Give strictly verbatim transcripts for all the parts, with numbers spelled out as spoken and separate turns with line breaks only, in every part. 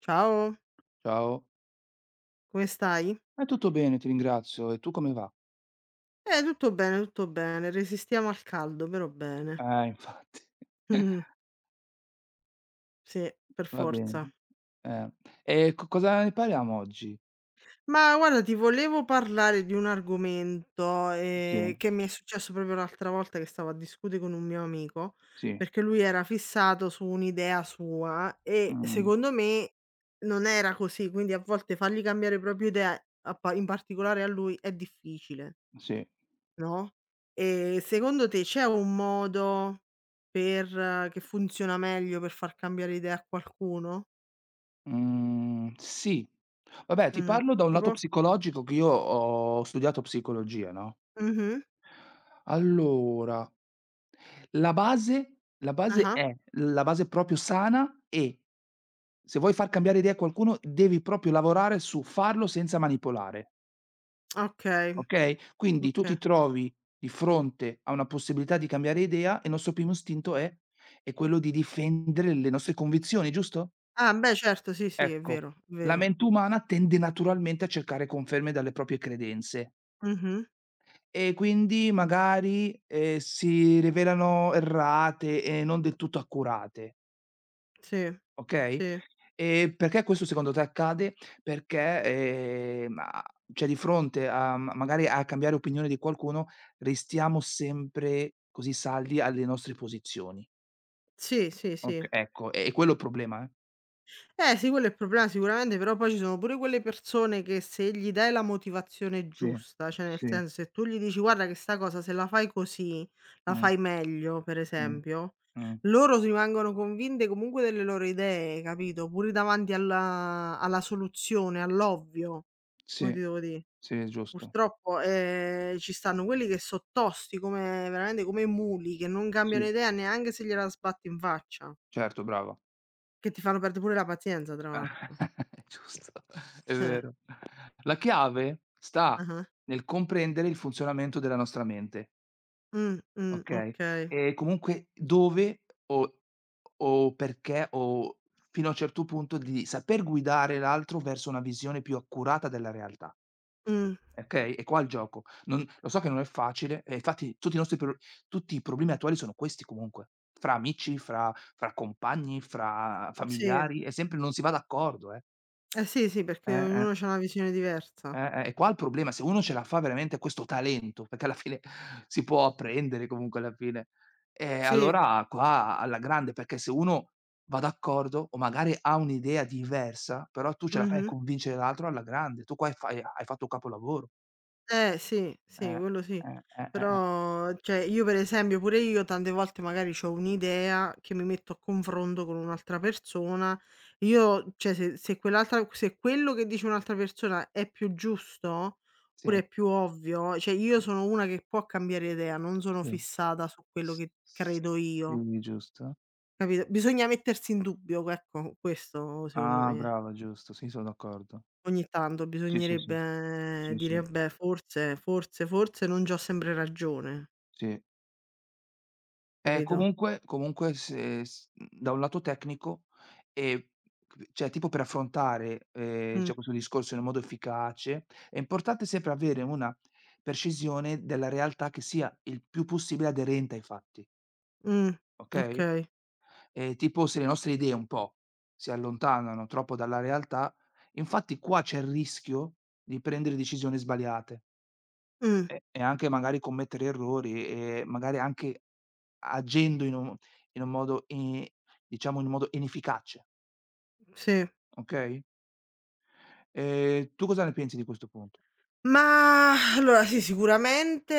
Ciao,
Ciao.
come stai?
Eh, tutto bene, ti ringrazio. E tu come va?
Eh, tutto bene, tutto bene. Resistiamo al caldo, però bene.
Eh, infatti.
Sì, per
Va bene,
forza.
eh. E co cosa ne parliamo oggi?
Ma guarda, ti volevo parlare di un argomento,
Sì,
ehm, che mi è successo proprio l'altra volta che stavo a discutere con un mio amico,
sì,
perché lui era fissato su un'idea sua e
mh,
secondo me non era così, quindi a volte fargli cambiare proprio idea, a pa in particolare a lui, è difficile.
sì.
No, ehm, secondo te c'è un modo per che funziona meglio per far cambiare idea a qualcuno?
Mhmm, sì. Vabbè, ti
Mh,
parlo da un lato
tipo?
psicologico che io ho studiato psicologia, no,
Mh-mh.
allora, la base la base
Ah-ah.
è la base proprio sana, è: se vuoi far cambiare idea a qualcuno, devi proprio lavorare su farlo senza manipolare.
Okay,
Okay? Quindi tu ti
okay.
trovi di fronte a una possibilità di cambiare idea, e il nostro primo istinto è è quello di difendere le nostre convinzioni, giusto?
Ah beh certo, sì, sì, è
Ecco,
vero, è
la
vero.
mente umana tende naturalmente a cercare conferme dalle proprie credenze,
Mh-mh.
e quindi magari, ehm, si rivelano errate e non del tutto accurate.
Sì.
Okay?
Sì.
Ehm, perché questo secondo te accade? Perché, ehm, a cioè di fronte a, ma magari a cambiare opinione di qualcuno, restiamo sempre così saldi alle nostre posizioni.
Sì, sì,
Oka
sì.
Ecco, è è quello il problema, eh.
Eh sì, quello è il problema sicuramente, però poi ci sono pure quelle persone che se gli dai la motivazione
Sì,
giusta, cioè nel
sì,
senso se tu gli dici guarda che sta cosa se la fai così, la
mh,
fai meglio, per
mh,
esempio,
mh.
loro rimangono convinte comunque delle loro idee, capito? Pure davanti alla, alla soluzione, all'ovvio, come
Sì,
ti devo dire.
sì, è giusto.
Purtroppo eh, ci stanno quelli che sono tosti come veramente come muli, che non
Sì,
cambiano idea neanche se gliela sbatti in faccia,
certo, brava.
che ti fanno perdere pure la pazienza, tra
È
l'altro.
giusto, è
Eh.
vero. La chiave sta
Ah-ah.
nel comprendere il funzionamento della nostra mente.
Mh, mh,
Okay.
okay.
E comunque dove o o perché o fino a un certo punto di saper guidare l'altro verso una visione più accurata della realtà,
Mh,
okay, è qua il gioco. Non lo so, che non è facile e infatti tutti i nostri pro tutti i problemi attuali sono questi comunque, fra amici, fra fra compagni, fra
sì.
familiari, è sempre non si va d'accordo, eh.
Eh sì, sì, perché
Eh, eh.
ognuno c'ha una visione
Eh,
diversa.
eh, è qua il problema, se uno ce la fa veramente questo talento, perché alla fine si può apprendere comunque alla fine, ehm,
Sì,
allora qua alla grande, perché se uno va d'accordo o magari ha un'idea diversa, però tu ce la fai a
mh-mh.
convincere l'altro, alla grande, tu qua hai fa hai fatto capolavoro.
Eh sì, sì,
Eh,
quello sì.
eh, eh, eh, eh.
Però cioè io per esempio pure io tante volte magari c'ho un'idea che mi metto a confronto con un'altra persona, io cioè se se quell'altra se quello che dice un'altra persona è più giusto, oppure
Sì,
è più ovvio, cioè io
sì,
sono una che può cambiare idea, non sono
sì.
fissata su quello
S
che
s
credo io.
Sì, giusto.
Capito? Bisogna mettersi in dubbio, ecco, questo secondo
Ah
me.
brava, giusto, sì, son d'accordo.
Ogni tanto
Sì, sì, sì.
bisognerebbe
Sì, sì.
dire: "Beh, forse, forse, forse non c'ho sempre ragione",
Sì. Eh,
capito?
comunque comunque se s mhmm, da un lato tecnico, e c cioè tipo per affrontare, ehm,
Mh,
cioè questo discorso in un modo efficace, è importante sempre avere una precisione della realtà che sia il più possibile aderente ai fatti,
mh,
okay,
okay.
ehm, tipo se le nostre idee un po' si allontanano troppo dalla realtà, infatti qua c'è il rischio di prendere decisioni sbagliate.
Mh,
E e anche magari commettere errori, e magari anche agendo in un in un modo i diciamo in un modo inefficace,
sì.
okay? Ehm, tu cosa ne pensi di questo punto?
Ma allora sì, sicuramente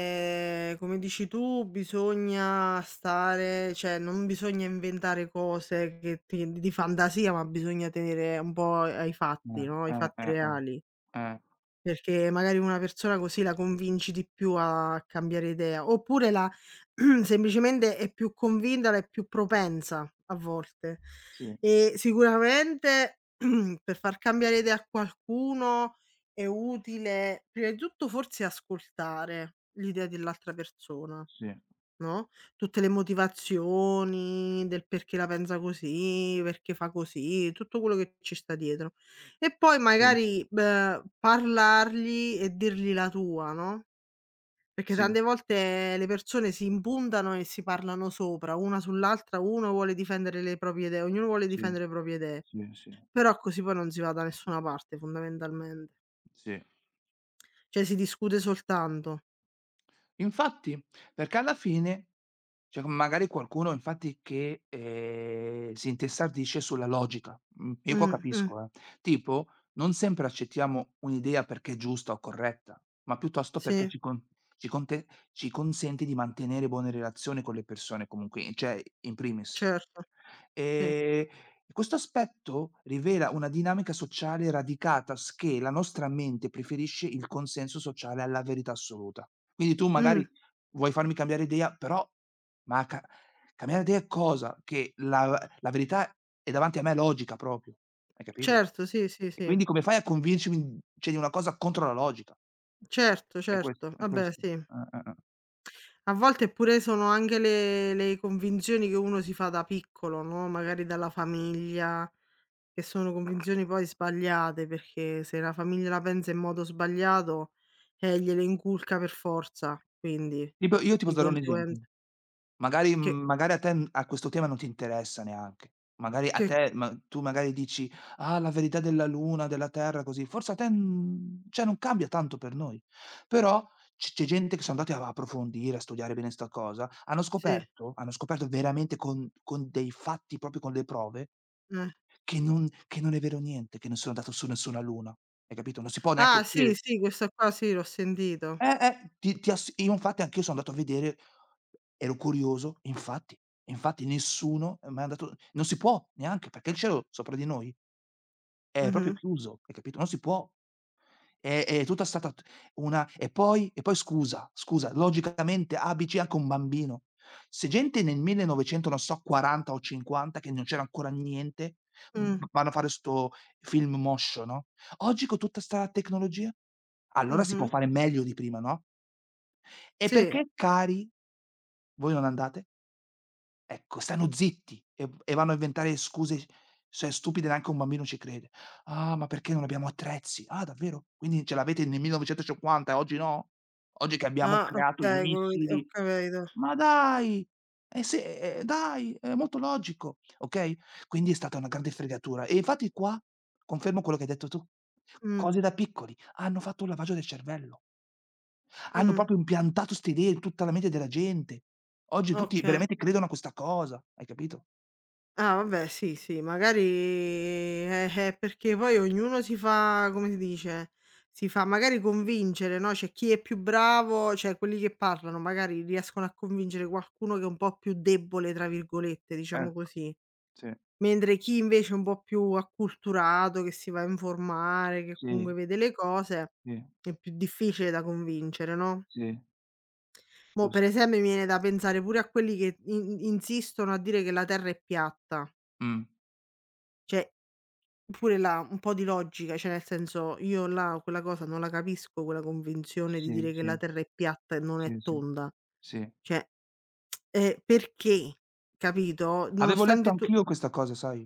eh, come dici tu bisogna stare cioè non bisogna inventare cose che ti di fantasia, ma bisogna tenere un po' ai fatti,
Eh,
no, ai
eh,
fatti
eh, eh.
reali.
Eh,
Perché magari una persona così la convinci di più a cambiare idea, oppure la semplicemente è più convinta, la è più propensa a volte.
sì,
E sicuramente per far cambiare idea a qualcuno è utile prima di tutto forse ascoltare l'idea dell'altra persona.
sì,
No, tutte le motivazioni del perché la pensa così, perché fa così, tutto quello che ci sta dietro. E poi
sì,
magari, beh, parlargli e dirgli la tua, no, perché
sì,
tante volte le persone si impuntano e si parlano sopra, una sull'altra, uno vuole difendere le proprie idee, ognuno vuole
sì,
difendere le proprie idee,
sì, sì,
però così poi non si va da nessuna parte fondamentalmente.
sì.
Cioè si discute soltanto.
Infatti, perché alla fine c'è magari qualcuno infatti che, ehm, si intestardisce sulla logica. Mhmm, io qua
Mh, mh,
capisco, eh. Tipo, non sempre accettiamo un'idea perché è giusta o corretta, ma piuttosto perché
sì,
ci con ci conte ci consente di mantenere buone relazioni con le persone comunque, cioè in primis.
certo, sì.
Ehm, Questo aspetto rivela una dinamica sociale radicata, s che la nostra mente preferisce il consenso sociale alla verità assoluta. Quindi tu magari
Mh,
vuoi farmi cambiare idea, però ma ca cambiare idea è cosa? Che la la verità è davanti a me, logica proprio, hai capito?
certo, sì, sì,
E
sì.
quindi come fai a convincermi, cioè, di una cosa contro la logica?
Certo,
È ques
certo.
è
Vabbè
questo.
sì.
Eh, eh, eh.
A volte pure sono anche le le convinzioni che uno si fa da piccolo, no, magari dalla famiglia, che sono convinzioni poi sbagliate, perché se la famiglia la pensa in modo sbagliato, eh, gliele inculca per forza, quindi
Tipo io ti
di
posso dare un
conseguenza
esempio. Magari
che
mhmm, magari a te, mhmm, a questo tema non ti interessa neanche. Magari a
che
te, ma tu magari dici: "Ah, la verità della luna, della terra", così. Forse a te, mhmm, cioè non cambia tanto per noi, però c c'è gente che sono andati a approfondire, a studiare bene 'sta cosa, hanno
sì,
scoperto hanno scoperto veramente con con dei fatti, proprio con le prove
eh.
che non che non è vero niente, che non sono andato su nessuna luna. Hai capito? Non si può neanche
Ah sì,
uscire,
sì, questa qua sì, l'ho sentito.
eh, eh, ti ti ass io infatti anch'io sono andato a vedere, ero curioso, infatti, infatti nessuno è mai andato, non si può neanche, perché il cielo sopra di noi è proprio
Mh-mh.
chiuso, hai capito? Non si può. È è tutta stata t una, e poi e poi scusa, scusa, logicamente A B C anche un bambino. Se gente nel millenovecento non so quaranta o cinquanta, che non c'era ancora niente, v
Mh.
vanno a fare 'sto film motion, no, oggi con tutta 'sta tecnologia, allora si può
Mh-mh.
fare meglio di prima, no? E
Sì.
perché, cari, voi non andate? Ecco, stanno zitti e v e vanno a inventare scuse s cioè stupide, neanche un bambino ci crede. "Ah, ma perché non abbiamo attrezzi?" "Ah, davvero? Quindi ce l'avete nel millenovecentocinquanta e oggi no? Oggi che abbiamo
Ah
creato i
okay, quello di ho
missili."
capito.
"Ma dai!" "Eh sì, eh, eh, dai, è molto logico." Okay? Quindi è stata una grande fregatura. E infatti qua confermo quello che hai detto tu.
Mh.
Cose da piccoli, hanno fatto un lavaggio del cervello. Hanno
Mh.
proprio impiantato 'ste idee in tutta la mente della gente. Oggi tutti
Oka
veramente credono a questa cosa, hai capito?
Ah vabbè sì, sì, magari eh, eh, perché poi ognuno si fa come si dice, si fa magari convincere, no, c'è chi è più bravo, cioè quelli che parlano magari riescono a convincere qualcuno che è un po' più "debole" tra virgolette,
Eh,
diciamo così,
sì,
mentre chi invece è un po' più acculturato, che si va a informare, che comunque
sì,
vede le cose,
sì,
è più difficile da convincere, no.
sì,
Mo' per
giusto.
esempio mi viene da pensare pure a quelli che in insistono a dire che la terra è piatta,
Mh.
cioè Pure là un po' di logica, cioè nel senso io là quella cosa non la capisco, quella convinzione di
Sì,
dire che
sì,
la terra è piatta e non
sì,
è
sì.
tonda.
Sì.
Cioè, ehm, perché, capito?
Avevo letto
Nonostante tu
anch'io questa cosa, sai?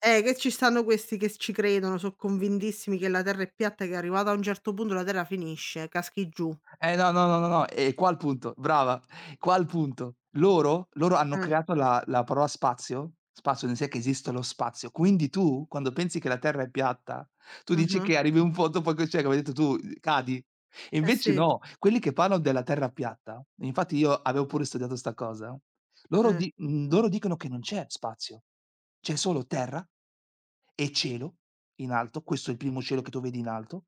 eh, che ci stanno questi che ci credono, so' convintissimi che la terra è piatta e che arrivata a un certo punto la terra finisce, caschi giù.
Eh, no, no, no, no, no, e qua il punto, brava. Qua il punto. Loro loro hanno
Eh,
creato la la parola spazio, spazio nel sen che esiste lo spazio. Quindi tu, quando pensi che la terra è piatta, tu dici
ah-ah,
che arrivi a un punto poi che cioè, come hai detto tu, uhm, cadi. E
eh
invece
sì,
no, quelli che parlano della terra piatta, infatti io avevo pure studiato 'sta cosa, loro
eh,
di mhmm, loro dicono che non c'è spazio, c'è solo terra e cielo in alto, questo è il primo cielo che tu vedi in alto,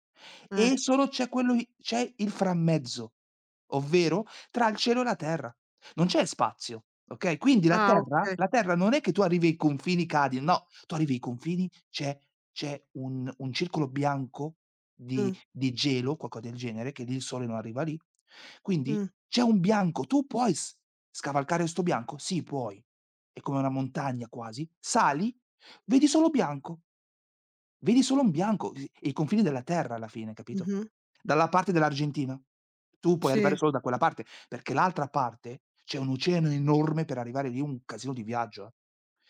eh.
e solo c'è quello i c'è il frammezzo, ovvero tra il cielo e la terra. Non c'è spazio, okay, quindi la
Ah
terra
okay,
la terra non è che tu arrivi ai confini, cadi, no, tu arrivi ai confini, c'è c'è un un circolo bianco di
mh,
di gelo, qualcosa del genere, che lì il sole non arriva lì. Quindi
mh,
c'è un bianco, tu puoi s scavalcare 'sto bianco? Sì, puoi. È come una montagna quasi. Sali, vedi solo bianco. Vedi solo un bianco, i i confini della terra alla fine, capito?
mh-mh.
Dalla parte dell'Argentina, tu puoi arrivare
Sì,
solo da quella parte, perché l'altra parte c'è un oceano enorme per arrivare lì, un casino di viaggio, eh.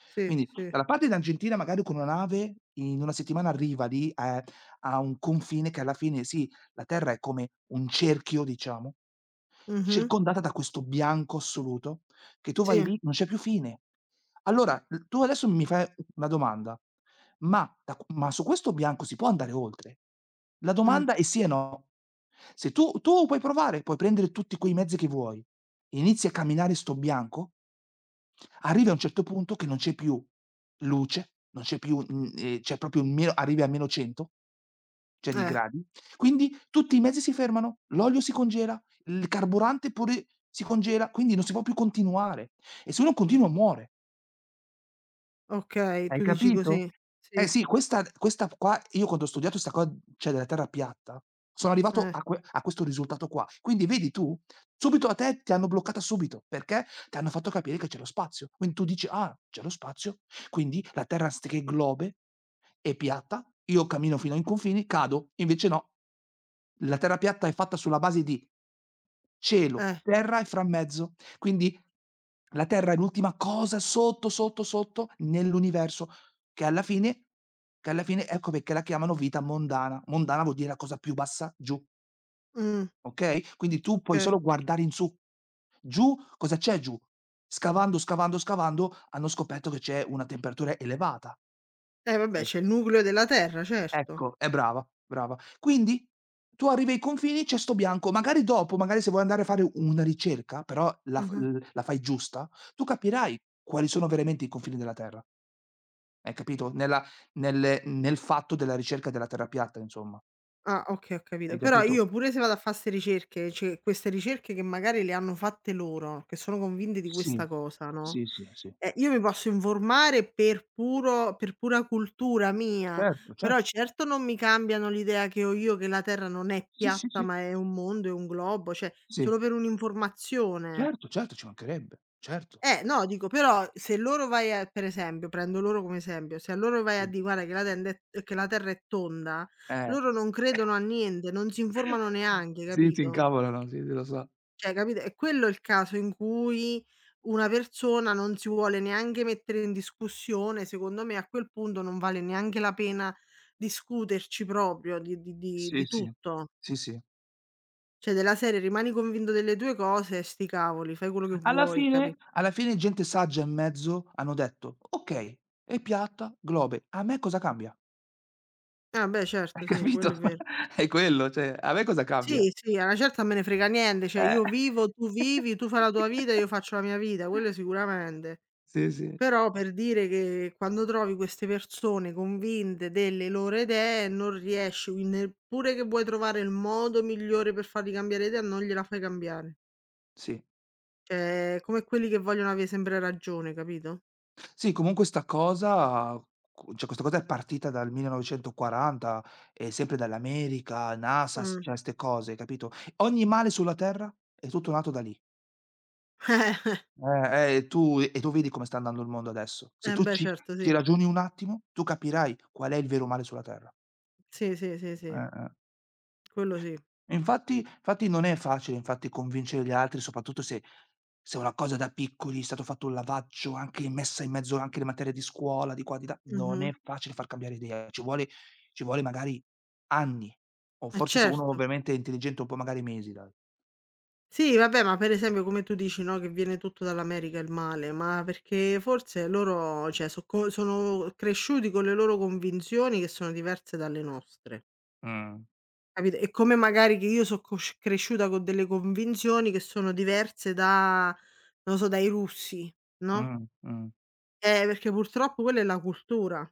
sì,
Quindi
sì.
dalla parte d'Argentina magari con una nave in una settimana arriva lì, ehm, a un confine, che alla fine sì, la terra è come un cerchio diciamo,
Mh-mh,
circondata da questo bianco assoluto, che tu
sì,
vai lì, non c'è più fine. Allora, l tu adesso mi fai una domanda, ma da q ma su questo bianco si può andare oltre? La
mh,
domanda è sì e no. Se tu tu puoi provare, puoi prendere tutti quei mezzi che vuoi, inizi a camminare su 'sto bianco, arrivi a un certo punto che non c'è più luce, non c'è più, mhmm, ehm, c'è proprio un meno, arrivi a meno cento cioè di
eh.
gradi. Quindi tutti i mezzi si fermano, l'olio si congela, il carburante pure si congela, quindi non si può più continuare. E se uno continua, muore.
Okay,
Hai
tu dici
capito?
così.
Eh
Sì,
sì, questa questa qua io quando ho studiato 'sta qua, cioè della terra piatta, sono arrivato
eh,
a que a questo risultato qua. Quindi vedi tu, subito a te ti hanno bloccata subito, perché ti hanno fatto capire che c'è lo spazio. Quindi tu dici: "Ah, c'è lo spazio, quindi la terra s che globe è piatta, io cammino fino ai confini, cado." Invece no. La terra piatta è fatta sulla base di cielo,
eh,
terra e frammezzo. Quindi la Terra è l'ultima cosa sotto, sotto, sotto nell'universo, che alla fine che alla fine ecco perché la chiamano vita mondana. Mondana vuol dire la cosa più bassa, giù,
mh,
okay, quindi tu puoi
okay.
solo guardare in su. Giù, cosa c'è giù? Scavando, scavando, scavando hanno scoperto che c'è una temperatura elevata.
Eh vabbè,
E
c'è il nucleo della terra, certo.
Ecco, è brava, brava. Quindi tu arrivi ai confini, c'è sto bianco, magari dopo, magari se vuoi andare a fare una ricerca, però la f
Ah-ah.
l la fai giusta, tu capirai quali sono veramente i confini della Terra, hai capito? Nella nel nel fatto della ricerca della terra piatta insomma,
Ah, okay, ho
hai
capito. Però
capito?
io pure se vado a fa' 'ste ricerche, cioè queste ricerche che magari le hanno fatte loro, che sono convinte di
Sì,
questa cosa, no,
sì, sì, sì.
eh, io mi posso informare per puro per pura cultura mia,
Certo,
però
certo.
certo non mi cambiano l'idea che ho io che la terra non è
Sì, sì,
piatta,
sì,
ma è un mondo, è un globo, cioè
sì.
solo per un'informazione.
Certo, certo, ci mancherebbe, certo.
Eh, no, dico però se loro vai a per esempio, prendo loro come esempio, se a loro vai a
Sì.
dì: "Guarda che la tenda è eh, che la terra è tonda",
Eh.
loro non credono a niente, non si informano neanche,
Sì, si
capito?
incavolano, sì, sì, lo so.
Cioè, capito? È quello il caso in cui una persona non si vuole neanche mettere in discussione, secondo me a quel punto non vale neanche la pena discuterci proprio di di di
Sì,
di
sì.
tutto.
Sì, sì.
Cioè della serie: "Rimani convinto delle tue cose e sti cavoli, fai quello che
Alla
vuoi", capì?
fine alla fine gente saggia in mezzo hanno detto: "Okay, è piatta, globe, a me cosa cambia?"
Eh, beh
Hai
certo, sì,
capito?
quello è ver
È quello, cioè a me cosa cambia?
Sì, sì, a una certa me ne frega niente, cioè
Eh.
io vivo, tu vivi, tu fai la tua vita, io faccio la mia vita, quello sicuramente.
Sì, sì,
Però per dire che quando trovi queste persone convinte delle loro idee non riesci, quindi neppure che vuoi trovare il modo migliore per fargli cambiare idea, non gliela fai cambiare.
sì.
Cioè, come quelli che vogliono avere sempre ragione, capito?
Sì, comunque 'sta cosa cu cioè questa cosa è partita dal millenovecentoquaranta e sempre dall'America, NASA, s
Mh.
cioè 'ste cose, capito? Ogni male sulla terra è tutto nato da lì. Eh, eh, e tu e tu vedi come sta andando il mondo adesso. Se
Eh, eh
tu
beh
ci
certo,
ci
sì.
ragioni un attimo, tu capirai qual è il vero male sulla terra.
Sì, sì, sì, sì,
Eh, eh.
quello sì.
E infatti infatti non è facile, infatti, convincere gli altri, soprattutto se se è una cosa da piccoli, è stato fatto un lavaggio, anche messa in mezzo anche le materie di scuola, di qua, di là, non
Mh-mh.
è facile far cambiare idea, ci vuole ci vuole magari anni, o
Eh
forse se uno
certo.
veramente è intelligente un po', magari mesi, dai.
Sì, vabbè, ma per esempio come tu dici, no, che viene tutto dall'America il male, ma perché forse loro, cioè, so co sono cresciuti con le loro convinzioni che sono diverse dalle nostre,
Mh,
capito? E come magari che io so cosc cresciuta con delle convinzioni che sono diverse da non lo so, dai russi, no?
mh, mh.
Eh, perché purtroppo quella è la cultura.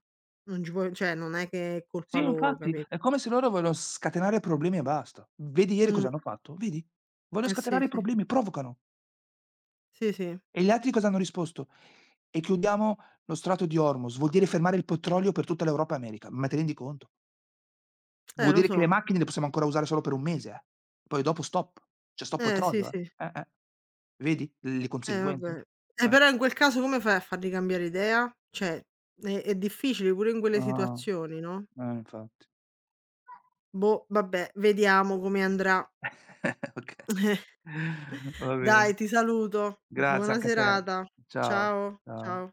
Non ci puoi cioè, non è che è
Sì,
colpa loro,
infatti,
capito?
è come se loro vogliono scatenare problemi e basta. Vedi ieri cosa
Mh.
hanno fatto? Vedi? Vogliono
Eh sì,
scatenare i
sì.
problemi, provocano.
Sì, sì.
E gli altri cosa hanno risposto? "E chiudiamo lo Strato di Hormuz", vuol dire fermare il petrolio per tutta l'Europa e America. Ma te rendi conto?
Eh,
Vuol
lo
dire che le
so.
macchine le possiamo ancora usare solo per un mese, eh. Poi dopo stop, cioè stop
Eh, sì,
petrolio,
sì.
eh. Eh, eh. Vedi le
Eh
conseguenze?
vabbè. Eh
Eh.
però in quel caso come fai a fargli cambiare idea? Cioè, è è difficile pure in quelle
Ah,
situazioni, no,
eh, infatti.
boh, vabbè, vediamo come andrà.
Okay. Va bene.
Dai, ti saluto.
Grazie
Buona
anche a te.
serata.
Ciao,
Ciao,
ciao.
ciao.